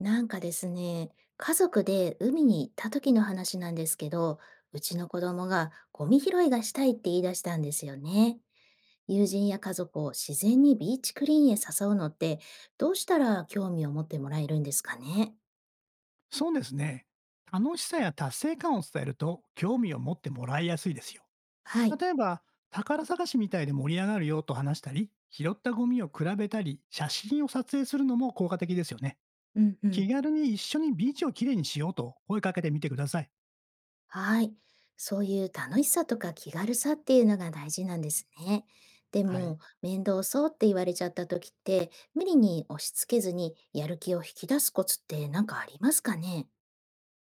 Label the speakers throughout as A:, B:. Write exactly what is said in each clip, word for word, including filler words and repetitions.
A: なんかですね、家族で海に行った時の話なんですけど、うちの子供がゴミ拾いがしたいって言い出したんですよね。友人や家族を自然にビーチクリーンへ誘うのって、どうしたら興味を持ってもらえるんですかね。
B: そうですね。楽しさや達成感を伝えると興味を持ってもらいやすいですよ。
A: はい。
B: 例えば、宝探しみたいで盛り上がるよと話したり、拾ったゴミを比べたり、写真を撮影するのも効果的ですよね。
A: うんうん。
B: 気軽に一緒にビーチをきれいにしようと声かけてみてください。
A: はい。そういう楽しさとか気軽さっていうのが大事なんですね。で
B: はい。
A: も、面倒そうって言われちゃった時って、無理に押し付けずにやる気を引き出すコツって何かありますかね。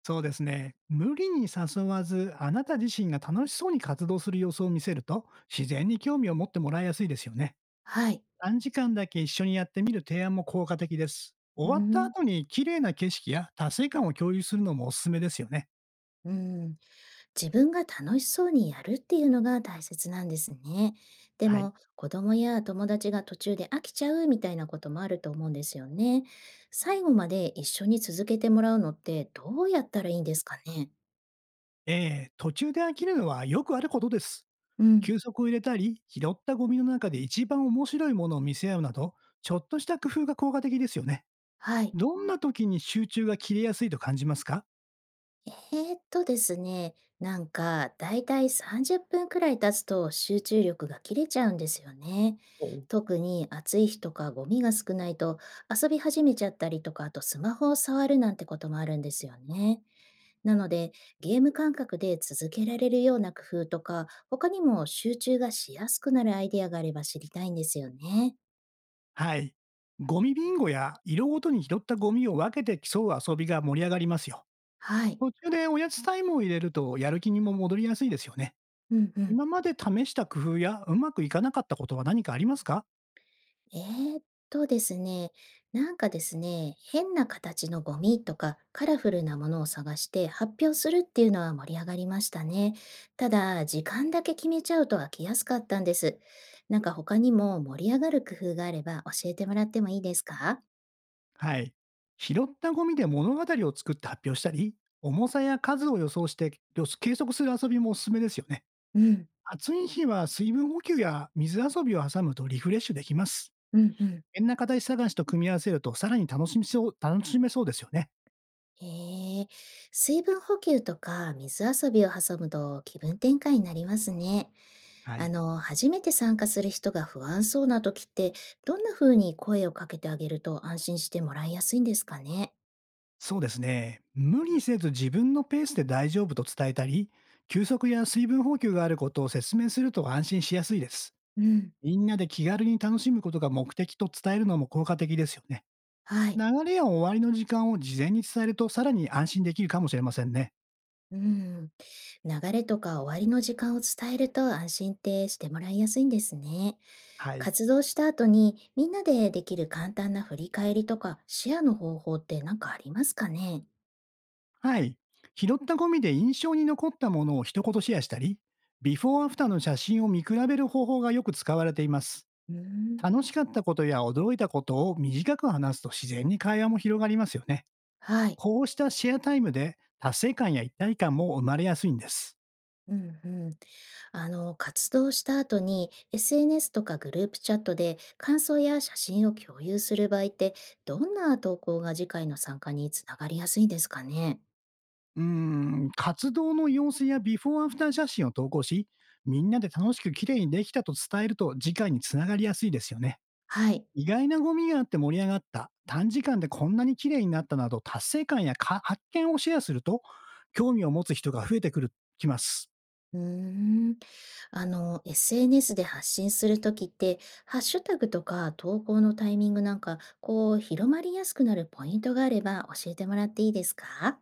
B: そうですね。無理に誘わず、あなた自身が楽しそうに活動する様子を見せると、自然に興味を持ってもらいやすいですよね。
A: はい。
B: 短時間だけ一緒にやってみる提案も効果的です。
A: うー
B: 終わった
A: ん。
B: 後に綺麗な景色や達成感を共有するのもおすすめですよね。
A: うん。自分が楽しそうにやるっていうのが大切なんですね。で
B: はい。
A: も、子供や友達が途中で飽きちゃうみたいなこともあると思うんですよね。最後まで一緒に続けてもらうのってどうやったらいいんですかね。
B: ええ途中で飽きるのはよくあることです。
A: うん。
B: 休息を入れたり、拾ったゴミの中で一番面白いものを見せ合うなど、ちょっとした工夫が効果的ですよね。
A: はい。
B: どんな時に集中が切れやすいと感じますか？
A: えーっとですね、なんかだいたいさんじゅっぷんくらい経つと集中力が切れちゃうんですよね。
B: お
A: 特に暑い日とかゴミが少ないと遊び始めちゃったりとか、あとスマホを触るなんてこともあるんですよね。なので、ゲーム感覚で続けられるような工夫とか、他にも集中がしやすくなるアイデアがあれば知りたいんですよね。
B: はい。ゴミビンゴや色ごとに拾ったゴミを分けて競う遊びが盛り上がりますよ。
A: はい。
B: 途中でおやつタイムを入れるとやる気にも戻りやすいですよね。
A: うんうん。
B: 今まで試した工夫や、うまくいかなかったことは何かありますか？
A: えーっとですね、なんかですね、変な形のゴミとかカラフルなものを探して発表するっていうのは盛り上がりましたね。ただ、時間だけ決めちゃうと飽きやすかったんです。なんか他にも盛り上がる工夫があれば教えてもらってもいいですか。
B: はい。拾ったゴミで物語を作って発表したり、重さや数を予想して、よ計測する遊びもおすすめですよね。
A: うん、
B: 暑い日は水分補給や水遊びを挟むとリフレッシュできます。
A: うん、うん。
B: 変な形探しと組み合わせるとさらに楽しみそう楽しめそうですよね。
A: えー、水分補給とか水遊びを挟むと気分転換になりますね。
B: は
A: あ
B: い。
A: の、初めて参加する人が不安そうな時って、どんな風に声をかけてあげると安心してもらいやすいんですかね。
B: そうですね。無理せず自分のペースで大丈夫と伝えたり、休息や水分補給があることを説明すると安心しやすいです。
A: うん、
B: みんなで気軽に楽しむことが目的と伝えるのも効果的ですよね。
A: はい。
B: 流れや終わりの時間を事前に伝えるとさらに安心できるかもしれませんね。
A: うん。流れとか終わりの時間を伝えると安心ってしてもらいやすいんですね。
B: はい。
A: 活動した後にみんなでできる簡単な振り返りとかシェアの方法って何かありますかね。
B: はい。拾ったゴミで印象に残ったものを一言シェアしたり、ビフォーアフターの写真を見比べる方法がよく使われています。
A: うん。
B: 楽しかったことや驚いたことを短く話すと自然に会話も広がりますよね。
A: はい。
B: こうしたシェアタイムで達成感や一体感も生まれやすいんです。
A: うんうん。あの、活動した後に エスエヌエス とかグループチャットで感想や写真を共有する場合って、どんな投稿が次回の参加につながりやすいですかね。
B: うーん、活動の様子やビフォーアフター写真を投稿し、みんなで楽しく綺麗にできたと伝えると次回につながりやすいですよね。
A: はい。
B: 意外なゴミがあって盛り上がった、短時間でこんなに綺麗になったなど達成感やか発見をシェアすると、興味を持つ人が増えてくる、きます。
A: うーん。あの、エスエヌエス で発信するときって、ハッシュタグとか投稿のタイミングなんか、こう、広まりやすくなるポイントがあれば教えてもらっていいですか。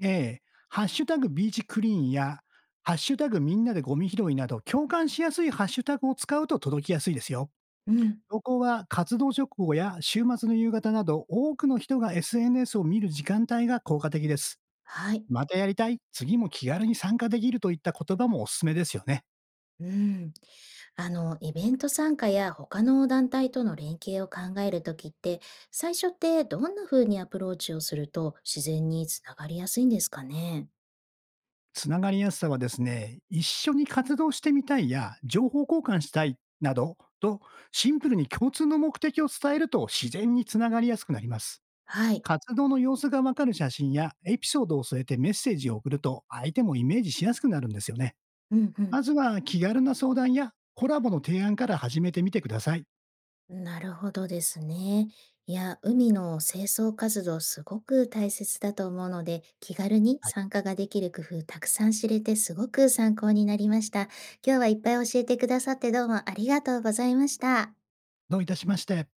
B: ええ、ハッシュタグビーチクリーンや、ハッシュタグみんなでゴミ拾いなど共感しやすいハッシュタグを使うと届きやすいですよ。
A: うん。
B: そこは活動直後や週末の夕方など、多くの人が エスエヌエス を見る時間帯が効果的です。
A: はい。
B: またやりたい、次も気軽に参加できるといった言葉もおすすめですよね。
A: うん。あの、イベント参加や他の団体との連携を考えるときって、最初ってどんな風にアプローチをすると自然につながりやすいんですかね。
B: つながりやすさはですね、一緒に活動してみたいや、情報交換したいなどと、シンプルに共通の目的を伝えると自然につながりやすくなります。
A: はい。
B: 活動の様子がわかる写真やエピソードを添えてメッセージを送ると、相手もイメージしやすくなるんですよね。
A: うんう
B: ま
A: ん。
B: ずは気軽な相談やコラボの提案から始めてみてください。
A: なるほどですね。いや、海の清掃活動すごく大切だと思うので、気軽に
B: はい。
A: 参加ができる工夫たくさん知れてすごく参考になりました。今日はいっぱい教えてくださってどうもありがとうございました。
B: どういたしまして。